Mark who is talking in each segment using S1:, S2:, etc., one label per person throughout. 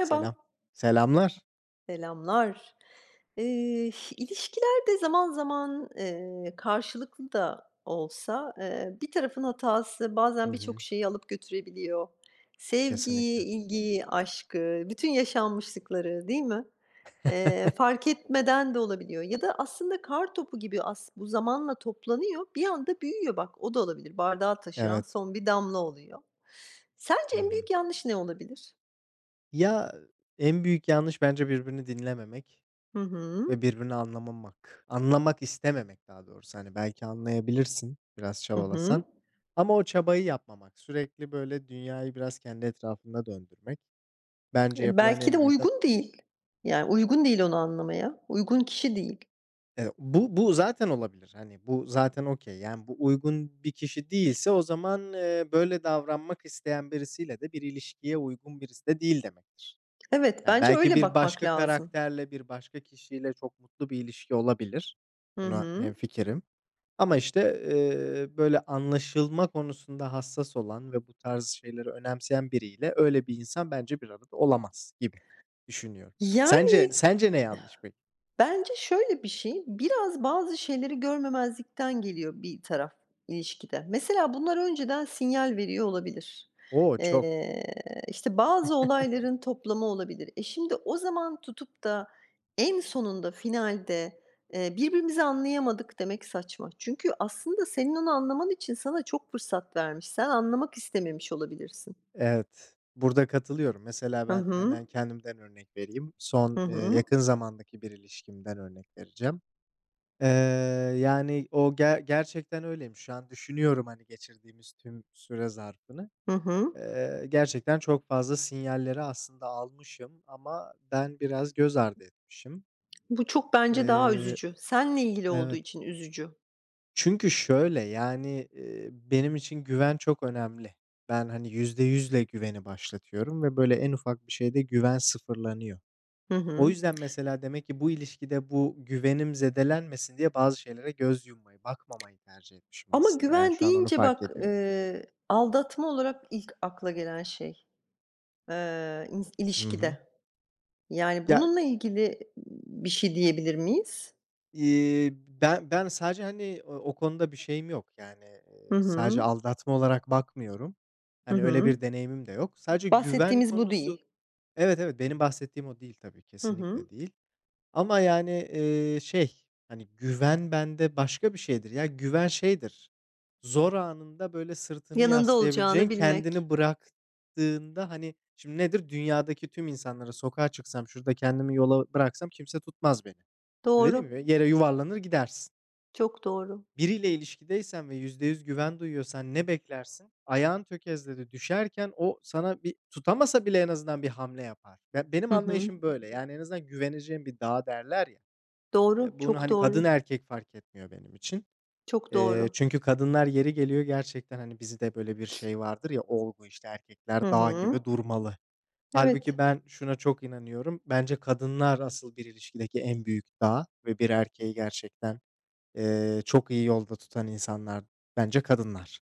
S1: Selam. Selamlar.
S2: Selamlar. Eee, ilişkilerde zaman zaman, karşılıklı da olsa, bir tarafın hatası
S1: Hı
S2: bazen birçok
S1: hı.
S2: şeyi alıp götürebiliyor. Sevgiyi,
S1: Kesinlikle.
S2: ilgiyi, aşkı, bütün yaşanmışlıkları, değil mi? Eee, fark etmeden de olabiliyor ya da aslında kar topu gibi bu zamanla toplanıyor, bir anda büyüyor bak, o da olabilir. Bardağı taşıran
S1: Evet.
S2: son bir damla oluyor.
S1: Hı
S2: Sence en
S1: hı.
S2: büyük yanlış ne olabilir?
S1: Ya, en büyük yanlış bence birbirini dinlememek
S2: Hı hı.
S1: ve birbirini anlamamak. Anlamak istememek daha doğrusu. Hani, belki anlayabilirsin biraz
S2: Hı
S1: çabalasan
S2: hı.
S1: ama o çabayı yapmamak. Sürekli, böyle, dünyayı biraz kendi etrafında döndürmek bence
S2: E,
S1: yapılan
S2: belki de
S1: en büyük hata.
S2: uygun değil. Yani uygun değil onu anlamaya. Uygun kişi değil.
S1: Bu zaten olabilir. Hani, bu zaten okay. Yani, bu uygun bir kişi değilse o zaman, böyle davranmak isteyen birisiyle de bir ilişkiye uygun birisi de değil demektir.
S2: Evet,
S1: Yani,
S2: bence
S1: belki
S2: öyle
S1: bir
S2: bakmak
S1: başka
S2: lazım.
S1: karakterle, bir başka kişiyle çok mutlu bir ilişki olabilir.
S2: Hı
S1: Buna
S2: hı.
S1: hemfikirim ama, işte, böyle anlaşılma konusunda hassas olan ve bu tarz şeyleri önemseyen biriyle öyle bir insan bence bir arada olamaz gibi düşünüyorum.
S2: Yani,
S1: Sence ne yanlış peki?
S2: Bence şöyle bir şey, biraz bazı şeyleri görmemezlikten geliyor bir taraf ilişkide. Mesela bunlar önceden sinyal veriyor olabilir.
S1: O, çok.
S2: Eee, işte, bazı olayların toplamı olabilir. E, şimdi o zaman tutup da en sonunda finalde, "Birbirimizi anlayamadık." demek saçma. Çünkü aslında senin onu anlaman için sana çok fırsat vermiş. Sen anlamak istememiş olabilirsin.
S1: Evet, burada katılıyorum. Mesela
S2: Hı
S1: ben
S2: hı.
S1: hemen kendimden örnek vereyim. Son,
S2: Hı hı.
S1: yakın zamandaki bir ilişkimden örnek vereceğim. Eee, Yani, o gerçekten öyleymiş. Şu an düşünüyorum, hani, geçirdiğimiz tüm süre zarfını.
S2: Hı hı.
S1: Gerçekten çok fazla sinyalleri aslında almışım ama ben biraz göz ardı etmişim.
S2: Bu çok bence daha
S1: Eee
S2: üzücü. Seninle ilgili olduğu
S1: Evet.
S2: için üzücü.
S1: Çünkü şöyle, yani, benim için güven çok önemli. Ben, hani, yüzde yüzle güveni başlatıyorum ve böyle en ufak bir şeyde güven sıfırlanıyor.
S2: Hı
S1: O
S2: hı.
S1: yüzden mesela demek ki bu ilişkide bu güvenim zedelenmesin diye bazı şeylere göz yummayı, bakmamayı tercih etmişim
S2: Ama
S1: aslında. Yani
S2: güven
S1: şu an onu
S2: deyince
S1: fark
S2: bak,
S1: ediyorum.
S2: aldatma olarak ilk akla gelen şey, ins
S1: Hı hı.
S2: ilişkide. Yani
S1: Ya,
S2: bununla ilgili bir şey diyebilir miyiz?
S1: iii, ben sadece, hani, o konuda bir şeyim yok. Yani,
S2: Hı
S1: sadece
S2: hı.
S1: aldatma olarak bakmıyorum.
S2: Hı
S1: Hani, öyle
S2: hı.
S1: bir deneyimim de yok. Sadece güven
S2: Bahsettiğimiz bu
S1: konusu.
S2: değil.
S1: Evet, evet, benim bahsettiğim o değil tabii,
S2: Hı
S1: kesinlikle
S2: hı.
S1: değil. Ama yani, şey, hani, güven bende başka bir şeydir ya. Güven şeydir, zor anında, böyle, sırtını
S2: Yanında
S1: yaslayabileceğin,
S2: olacağını bilmek.
S1: kendini bıraktığında, hani, şimdi nedir? Dünyadaki tüm insanlara sokağa çıksam, şurada kendimi yola bıraksam kimse tutmaz beni. Öyle değil
S2: Doğru,
S1: mi? Yere yuvarlanır gidersin.
S2: çok doğru.
S1: Biriyle ilişkideysen ve %100 güven duyuyorsan ne beklersin? Ayağın tökezledi, düşerken o sana bir tutamasa bile en azından bir hamle yapar. Benim
S2: Hı hı.
S1: anlayışım böyle. Yani en azından güveneceğin bir dağ derler ya.
S2: Doğru,
S1: Bunu
S2: çok
S1: hani kadın
S2: doğru,
S1: erkek fark etmiyor benim için.
S2: çok doğru.
S1: Çünkü kadınlar yeri geliyor gerçekten hani bizde böyle bir şey vardır ya olgu işte erkekler
S2: Hı
S1: dağ
S2: hı.
S1: gibi durmalı.
S2: Evet.
S1: Halbuki ben şuna çok inanıyorum. Bence kadınlar asıl bir ilişkideki en büyük dağ ve bir erkeği gerçekten, çok iyi yolda tutan insanlar bence kadınlar.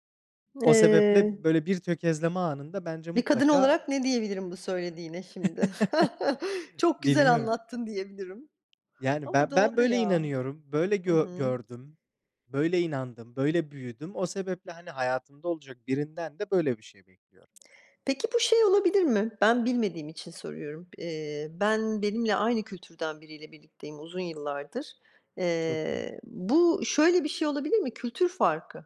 S1: O sebeple
S2: Eee,
S1: böyle bir tökezleme anında bence
S2: bir kadın
S1: mutlaka.
S2: olarak ne diyebilirim bu söylediğine şimdi? Çok güzel
S1: Bilmiyorum.
S2: anlattın diyebilirim.
S1: Yani
S2: Ama
S1: ben
S2: doğru
S1: böyle
S2: ya.
S1: inanıyorum, böyle
S2: Hı hı.
S1: gördüm, böyle inandım, böyle büyüdüm. O sebeple, hani, hayatımda olacak birinden de böyle bir şey bekliyorum.
S2: Peki bu şey olabilir mi? Ben bilmediğim için soruyorum. Ben benimle aynı kültürden biriyle birlikteyim uzun yıllardır.
S1: Çok iyi.
S2: Bu şöyle bir şey olabilir mi? Kültür farkı.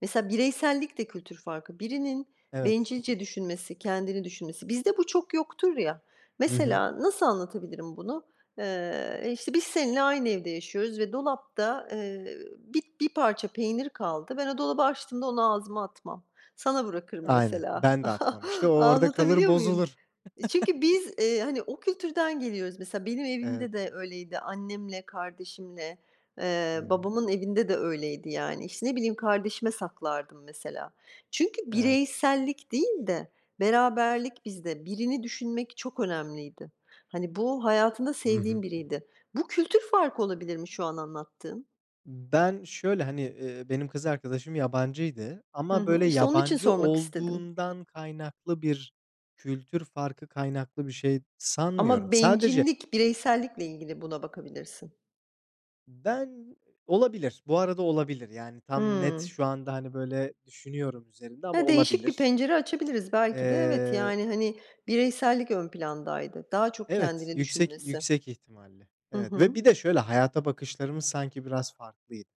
S2: Mesela bireysellik de kültür farkı. Birinin
S1: Evet.
S2: bencilce düşünmesi, kendini düşünmesi. Bizde bu çok yoktur ya.
S1: Hı hı.
S2: Mesela nasıl anlatabilirim bunu? İşte biz seninle aynı evde yaşıyoruz ve dolapta, bir parça peynir kaldı. Ben o dolabı açtığımda onu ağzıma atmam. Sana bırakırım
S1: Aynen.
S2: mesela.
S1: Ben de atmam işte. O orada kalır,
S2: Anlatabiliyor muyum?
S1: bozulur.
S2: Çünkü biz, hani, o kültürden geliyoruz. Mesela benim
S1: Evet.
S2: evimde de öyleydi. Annemle, kardeşimle,
S1: Hı hı.
S2: Babamın evinde de öyleydi yani. İşte, ne bileyim, kardeşime saklardım mesela. Çünkü
S1: Evet.
S2: bireysellik değil de beraberlik bizde. Birini düşünmek çok önemliydi. Hani, bu hayatında
S1: Hı hı.
S2: sevdiğim biriydi. Bu kültür farkı olabilir mi şu an anlattığım?
S1: Ben şöyle, hani, benim kız arkadaşım yabancıydı
S2: Hı
S1: ama
S2: hı.
S1: böyle
S2: İşte, onun için
S1: yabancı
S2: sormak istedim.
S1: olduğundan kaynaklı bir kültür farkı kaynaklı bir şey sanmıyorum.
S2: Ama
S1: Sadece
S2: bencillik bireysellikle ilgili buna bakabilirsin.
S1: ben. Olabilir, bu arada olabilir. Yani tam net
S2: Hımm.
S1: şu anda, hani, böyle düşünüyorum üzerinde ama
S2: Ya, değişik bir
S1: olabilir.
S2: pencere açabiliriz belki de. Evet,
S1: Eee,
S2: yani, hani, bireysellik ön plandaydı. Daha çok
S1: evet,
S2: kendini
S1: yüksek
S2: düşünmesi.
S1: yüksek ihtimalle.
S2: Hı
S1: Evet ve
S2: hı.
S1: bir de şöyle hayata bakışlarımız sanki biraz farklıydı.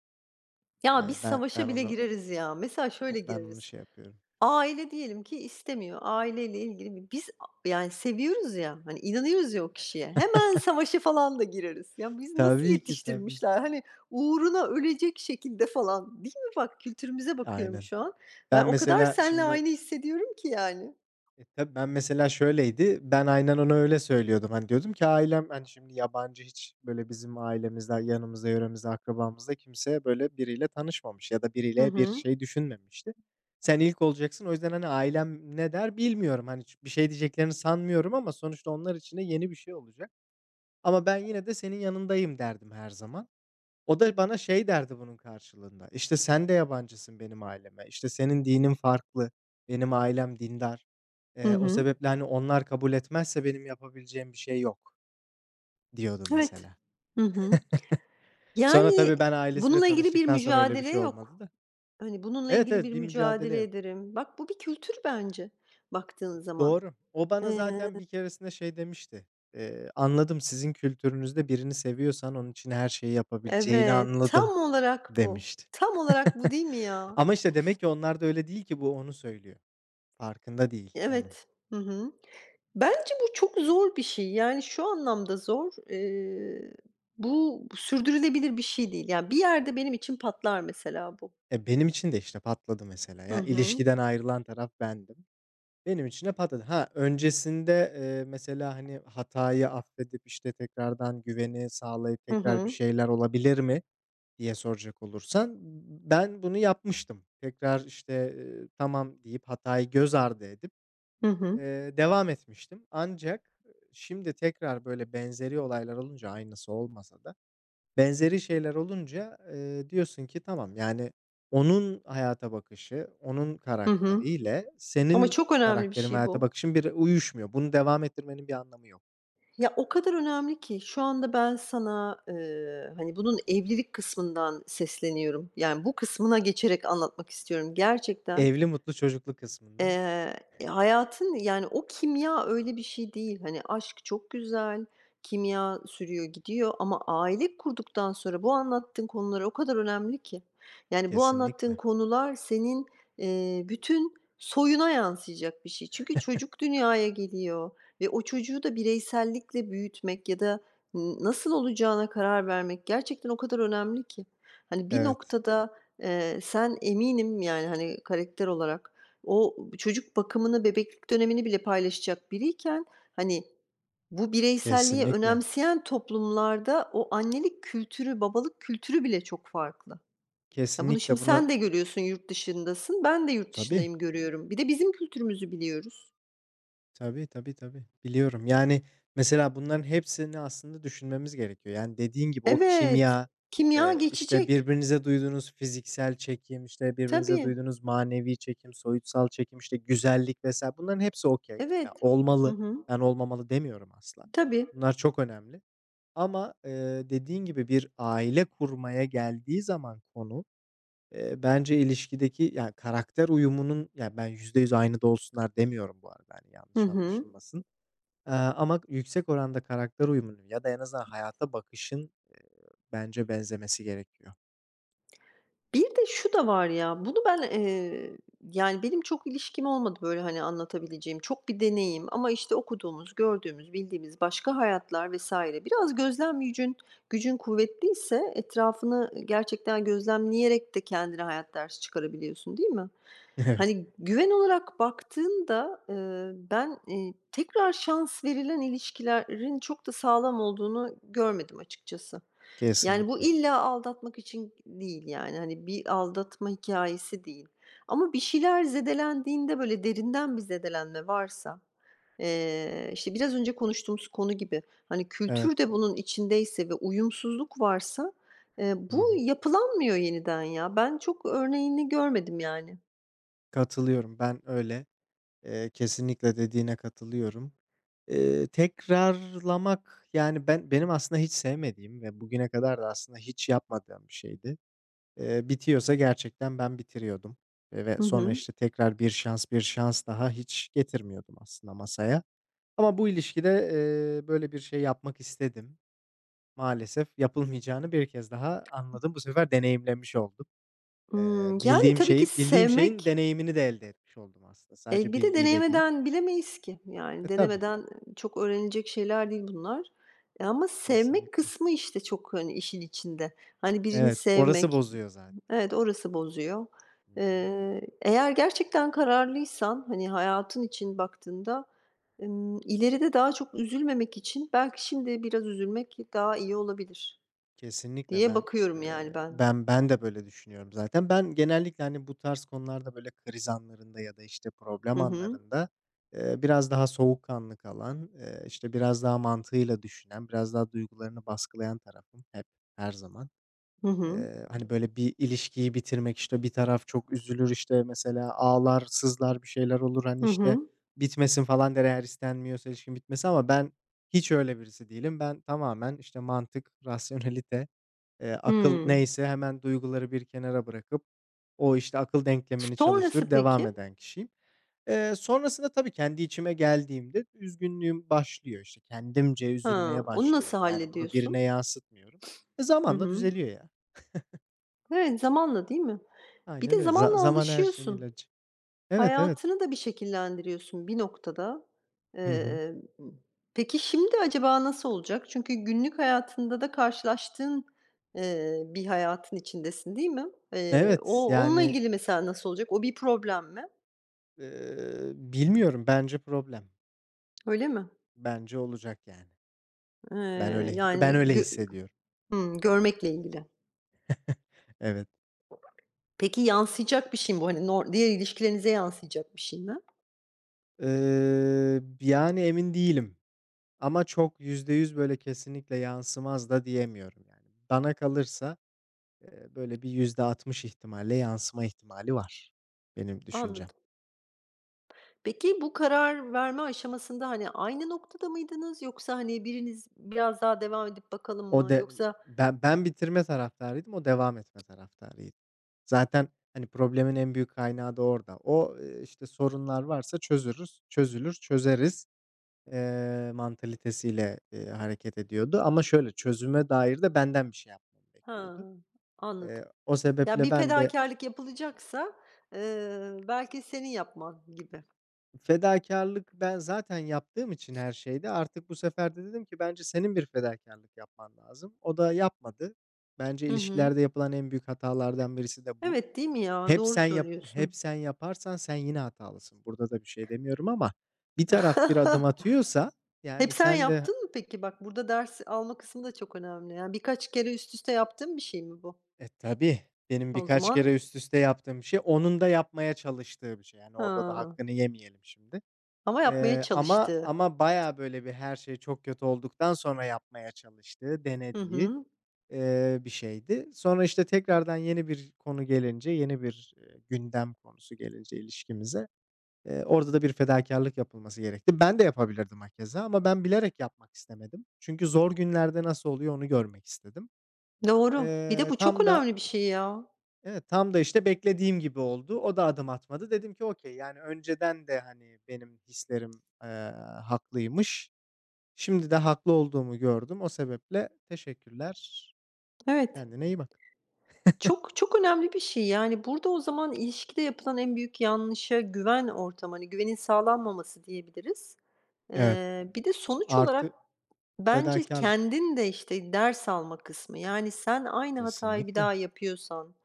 S2: Ya,
S1: Eee,
S2: biz
S1: ben ben
S2: savaşa bile
S1: onu
S2: gireriz ya. Mesela şöyle
S1: ben onu
S2: gireriz:
S1: şey yapıyorum.
S2: Aile diyelim ki istemiyor. Aileyle ilgili bir biz a yani seviyoruz ya, hani, inanıyoruz ya o kişiye. Hemen savaşa falan da gireriz. Ya, biz nasıl
S1: Tabii ki, tabii ki.
S2: yetiştirmişler? Hani, uğruna ölecek şekilde falan, değil mi? Bak, kültürümüze bakıyorum
S1: Aynen.
S2: şu an. Ben
S1: Ben
S2: o kadar
S1: mesela
S2: seninle
S1: şimdi
S2: aynı hissediyorum ki yani.
S1: e, Tabii ben mesela şöyleydi, ben aynen ona öyle söylüyordum. Hani diyordum ki ailem, hani, şimdi yabancı hiç böyle bizim ailemizde, yanımızda, yöremizde, akrabamızda kimse böyle biriyle tanışmamış ya da
S2: Hı
S1: biriyle bir
S2: hı.
S1: şey düşünmemişti. Sen ilk olacaksın. O yüzden, hani, ailem ne der bilmiyorum. Hani, bir şey diyeceklerini sanmıyorum ama sonuçta onlar için de yeni bir şey olacak. Ama ben yine de senin yanındayım derdim her zaman. O da bana şey derdi bunun karşılığında, İşte "Sen de yabancısın benim aileme, İşte senin dinin farklı, benim ailem dindar.
S2: Hı
S1: O
S2: hı.
S1: sebeple, hani, onlar kabul etmezse benim yapabileceğim bir şey yok." diyordu
S2: Evet.
S1: mesela.
S2: Hı hı.
S1: Sonra
S2: Yani,
S1: tabii ben ailesiyle
S2: bununla ilgili bir
S1: tanıştıktan sonra öyle bir
S2: mücadele
S1: şey olmadı
S2: yok.
S1: da.
S2: Hani, bununla
S1: Evet,
S2: ilgili
S1: evet,
S2: bir
S1: bir mücadele
S2: mücadele
S1: yok.
S2: ederim. Bak, bu bir kültür bence baktığın zaman.
S1: Doğru. O bana
S2: Eee,
S1: zaten bir keresinde şey demişti, "Anladım, sizin kültürünüzde birini seviyorsan onun için her şeyi yapabileceğini
S2: evet, tam
S1: anladım."
S2: olarak bu.
S1: demişti.
S2: Tam olarak bu değil mi ya?
S1: Ama, işte, demek ki onlar da öyle değil ki bu onu söylüyor. Farkında değil onun.
S2: Evet. Hı hı. Bence bu çok zor bir şey. Yani, şu anlamda zor, bu sürdürülebilir bir şey değil. Yani, bir yerde benim için patlar mesela bu.
S1: E, benim için de, işte, patladı mesela.
S2: Hı
S1: Yani
S2: hı.
S1: ilişkiden ayrılan taraf bendim. Benim için de patladı. Ha, öncesinde, mesela, hani, hatayı affedip, işte, tekrardan güveni sağlayıp
S2: Hı
S1: tekrar bir
S2: hı.
S1: şeyler olabilir mi diye soracak olursan, ben bunu yapmıştım. Tekrar, işte, tamam deyip hatayı göz ardı edip,
S2: Hı hı.
S1: devam etmiştim. Ancak, şimdi tekrar böyle benzeri olaylar olunca aynısı olmasa da. Benzeri şeyler olunca, diyorsun ki tamam, yani, onun hayata bakışı, onun
S2: Hı hı.
S1: karakteriyle
S2: Ama
S1: senin
S2: çok önemli bir
S1: karakterin ve
S2: şey
S1: hayata
S2: bu.
S1: bakışın bir uyuşmuyor. Bunu devam ettirmenin bir anlamı yok.
S2: Ya, o kadar önemli ki şu anda ben sana, hani, bunun evlilik kısmından sesleniyorum. Yani, bu kısmına geçerek anlatmak istiyorum. Gerçekten
S1: Evli, mutlu, çocuklu kısmında
S2: Eee, hayatın yani o kimya öyle bir şey değil. Hani, aşk çok güzel, kimya sürüyor gidiyor ama aile kurduktan sonra bu anlattığın konular o kadar önemli ki. Yani bu anlattığın
S1: kesinlikle.
S2: konular senin, bütün soyuna yansıyacak bir şey. Çünkü çocuk dünyaya geliyor ve o çocuğu da bireysellikle büyütmek ya da nasıl olacağına karar vermek gerçekten o kadar önemli ki. Hani, bir
S1: Evet,
S2: noktada, sen eminim yani, hani, karakter olarak o çocuk bakımını, bebeklik dönemini bile paylaşacak biriyken, hani, bu bireyselliği
S1: kesinlikle.
S2: önemseyen toplumlarda o annelik kültürü, babalık kültürü bile çok farklı. Ya, bunu
S1: Kesinlikle
S2: şimdi
S1: buna.
S2: sen de görüyorsun, yurt dışındasın. Ben de yurt
S1: Tabii.
S2: dışındayım, görüyorum. Bir de bizim kültürümüzü biliyoruz.
S1: Tabii, tabii, tabii. Biliyorum. Yani, mesela bunların hepsini aslında düşünmemiz gerekiyor. Yani, dediğin gibi o
S2: Evet,
S1: kimya,
S2: kimya
S1: işte,
S2: geçecek.
S1: birbirinize duyduğunuz fiziksel çekim, işte, birbirinize
S2: Tabii,
S1: duyduğunuz manevi çekim, soyutsal çekim, işte, güzellik vesaire bunların hepsi okay. Ya,
S2: evet. Hı
S1: olmalı.
S2: hı.
S1: Ben olmamalı demiyorum asla.
S2: Tabii.
S1: Bunlar çok önemli ama, dediğin gibi bir aile kurmaya geldiği zaman konu. Bence ilişkideki, yani, karakter uyumunun, ya, ben %100 aynı da olsunlar demiyorum bu arada, hani,
S2: Hı
S1: yanlış
S2: hı.
S1: anlaşılmasın. Ama yüksek oranda karakter uyumunun ya da en azından hayata bakışın, bence benzemesi gerekiyor.
S2: Bir de şu da var ya, bunu ben, yani, benim çok ilişkim olmadı böyle, hani, anlatabileceğim çok bir deneyim ama, işte, okuduğumuz, gördüğümüz, bildiğimiz başka hayatlar vs. Biraz gözlem gücün kuvvetliyse etrafını gerçekten gözlemleyerek de kendine hayat dersi çıkarabiliyorsun, değil mi?
S1: Evet,
S2: Hani, güven olarak baktığında, ben, tekrar şans verilen ilişkilerin çok da sağlam olduğunu görmedim açıkçası. Yani bu
S1: kesinlikle.
S2: illa aldatmak için değil yani, hani, bir aldatma hikâyesi değil. Ama bir şeyler zedelendiğinde, böyle, derinden bir zedelenme varsa, işte, biraz önce konuştuğumuz konu gibi, hani,
S1: Evet.
S2: kültür de bunun içindeyse ve uyumsuzluk varsa,
S1: Hı
S2: bu
S1: hı.
S2: yapılanmıyor yeniden ya. Ben çok örneğini görmedim yani.
S1: Katılıyorum. Ben öyle. Kesinlikle dediğine katılıyorum. Tekrarlamak, yani, benim aslında hiç sevmediğim ve bugüne kadar da aslında hiç yapmadığım bir şeydi. Bitiyorsa gerçekten ben bitiriyordum, ve
S2: Hı
S1: sonra,
S2: hı.
S1: işte, tekrar bir şans daha hiç getirmiyordum aslında masaya. Ama bu ilişkide, böyle bir şey yapmak istedim. Maalesef yapılmayacağını bir kez daha anladım. Bu sefer deneyimlemiş oldum.
S2: Yani, tabii ki
S1: Bildiğim şeyin
S2: sevmek.
S1: deneyimini de elde etmiş oldum aslında.
S2: Eee,
S1: Sadece
S2: bir de
S1: bilgiyle değil.
S2: deneyimeden bilemeyiz ki.
S1: E,
S2: Yani
S1: tabii,
S2: denemeden çok öğrenilecek şeyler değil bunlar. E, ama sevmek
S1: kesinlikle.
S2: kısmı işte çok, hani, işin içinde. Hani, birini
S1: Evet, orası
S2: sevmek,
S1: bozuyor zaten.
S2: evet, orası bozuyor.
S1: Hı hı.
S2: Eğer gerçekten kararlıysan, hani, hayatın için baktığında, ileride daha çok üzülmemek için belki şimdi biraz üzülmek daha iyi olabilir
S1: Kesinlikle,
S2: diye
S1: ben,
S2: bakıyorum
S1: eee,
S2: yani ben.
S1: ben ben de böyle düşünüyorum zaten. Ben genellikle, hani, bu tarz konularda böyle kriz anlarında ya da, işte,
S2: Hı
S1: problem
S2: hı.
S1: anlarında, biraz daha soğukkanlı kalan, işte, biraz daha mantığıyla düşünen, biraz daha duygularını baskılayan tarafım hep, her zaman.
S2: Hı hı.
S1: Hani, böyle bir ilişkiyi bitirmek, işte, bir taraf çok üzülür, işte, mesela ağlar, sızlar, bir şeyler olur, hani,
S2: Hı
S1: işte,
S2: hı.
S1: bitmesin falan der eğer istenmiyorsa ilişkinin bitmesi ama ben hiç öyle birisi değilim. Ben tamamen, işte, mantık, rasyonelite. Akıl
S2: Hımm.
S1: neyse hemen duyguları bir kenara bırakıp o, işte, akıl denklemini
S2: Sonrası
S1: çalıştırıp devam
S2: peki?
S1: eden kişiyim. Sonrasında tabii kendi içime geldiğimde üzgünlüğüm başlıyor. İşte, kendimce
S2: Ha,
S1: üzülmeye
S2: onu nasıl
S1: başlıyorum. Yani bunu
S2: hallediyorsun?
S1: birine yansıtmıyorum. E,
S2: Hı
S1: zamanla
S2: hı.
S1: düzeliyor ya.
S2: Evet, zamanla değil mi? Bir
S1: Aynen
S2: de
S1: öyle.
S2: zamanla
S1: Zaman her şeyin
S2: alışıyorsun.
S1: ilacı. Evet, evet.
S2: Hayatını da bir şekillendiriyorsun bir noktada.
S1: Hı hı.
S2: Eee, peki şimdi acaba nasıl olacak? Çünkü günlük hayatında da karşılaştığın, bir hayatın içindesin değil mi?
S1: Evet,
S2: O onunla
S1: yani,
S2: ilgili mesela nasıl olacak? O bir problem mi?
S1: bilmiyorum bence problem.
S2: Öyle mi?
S1: Bence olacak yani.
S2: Eee,
S1: Ben öyle ben
S2: yani
S1: öyle hissediyorum.
S2: görmekle ilgili.
S1: Evet.
S2: Peki yansıyacak bir şey mi bu? Hani nor diğer ilişkilerinize yansıyacak bir şey mi?
S1: Yani emin değilim ama çok %100 böyle kesinlikle yansımaz da diyemiyorum yani. Bana kalırsa, böyle bir %60 ihtimalle yansıma ihtimali var benim düşüncem.
S2: Anladım. Peki, bu karar verme aşamasında, hani, aynı noktada mıydınız yoksa, hani, biriniz biraz daha devam edip bakalım
S1: O
S2: mı
S1: de
S2: yoksa.
S1: Ben bitirme taraftarıydım, o devam etme taraftarıydı. Zaten, hani, problemin en büyük kaynağı da orada. O, işte, sorunlar varsa çözürüz, çözülür, çözeriz, mantalitesiyle, hareket ediyordu ama şöyle, çözüme dair de benden bir şey yapmamı
S2: Ha,
S1: bekliyordu.
S2: anladım.
S1: O
S2: Ya,
S1: sebeple
S2: bir
S1: ben de
S2: fedakârlık yapılacaksa, belki senin yapman gibi.
S1: fedakârlık ben zaten yaptığım için her şeyde artık bu sefer de dedim ki bence senin bir fedakârlık yapman lazım. O da yapmadı. Bence
S2: Hı hı.
S1: ilişkilerde yapılan en büyük hatalardan birisi de bu.
S2: Evet, değil mi ya? Doğru söylüyorsun.
S1: Hep sen yaparsan sen yine hatalısın. Burada da bir şey demiyorum ama bir taraf bir adım atıyorsa,
S2: Hep
S1: yani,
S2: sen
S1: sen de.
S2: yaptın mı peki? Bak, burada ders alma kısmı da çok önemli. Yani, birkaç kere üst üste yaptığın bir şey mi bu?
S1: Tabii benim
S2: O
S1: birkaç
S2: zaman.
S1: kere üst üste yaptığım bir şey, onun da yapmaya çalıştığı bir şey. Yani, orada da
S2: Ha,
S1: hakkını yemeyelim şimdi.
S2: ama yapmaya
S1: Eee, ama
S2: çalıştığı.
S1: ama bayağı, böyle, her şey çok kötü olduktan sonra yapmaya çalıştığı,
S2: Hı
S1: denediği,
S2: hı.
S1: bir şeydi. Sonra, işte, tekrardan yeni bir, gündem konusu gelince ilişkimize, orada da bir fedakârlık yapılması gerekti. Ben de yapabilirdim hakeza ama ben bilerek yapmak istemedim. Çünkü zor günlerde nasıl oluyor onu görmek istedim.
S2: Doğru. Bir de bu çok
S1: Tam da
S2: önemli bir şey ya.
S1: Evet, tam da, işte, beklediğim gibi oldu. O da adım atmadı. Dedim ki, "Okay, yani, önceden de, hani, benim hislerim, haklıymış. Şimdi de haklı olduğumu gördüm. O sebeple teşekkürler.
S2: Evet.
S1: Kendine iyi bak."
S2: Çok, çok önemli bir şey. Yani, burada o zaman ilişkide yapılan en büyük yanlışa güven ortamı, hani, güvenin sağlanmaması diyebiliriz.
S1: Evet,
S2: Bir de sonuç olarak
S1: artı
S2: bence
S1: fedakârlık.
S2: kendin de, işte, ders alma kısmı. Yani, sen aynı hatayı bir
S1: Kesinlikle.
S2: daha yapıyorsan,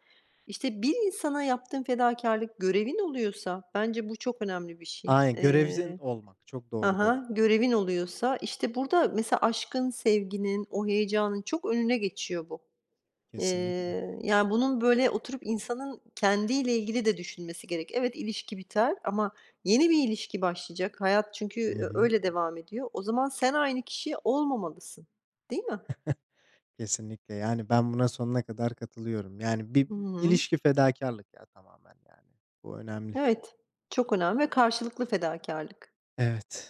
S2: işte, bir insana yaptığın fedakarlık görevin oluyorsa bence bu çok önemli bir şey.
S1: Aynen, görevin olmak. Çok doğru dedin.
S2: Ha, görevin oluyorsa, işte, burada mesela aşkın, sevginin, o heyecanın çok önüne geçiyor bu.
S1: Kesinlikle.
S2: Yani, bunun, böyle, oturup insanın kendiyle ilgili de düşünmesi gerek. Evet, ilişki biter ama yeni bir ilişki başlayacak. Hayat çünkü
S1: Hı
S2: ö
S1: hı.
S2: öyle devam ediyor. O zaman sen aynı kişi olmamalısın, değil mi?
S1: Kesinlikle. Yani, ben buna sonuna kadar katılıyorum. Yani, bir
S2: Hı hı.
S1: ilişki fedakârlık ya tamamen yani. Bu önemli.
S2: Evet, çok önemli ve karşılıklı fedakarlık.
S1: Evet.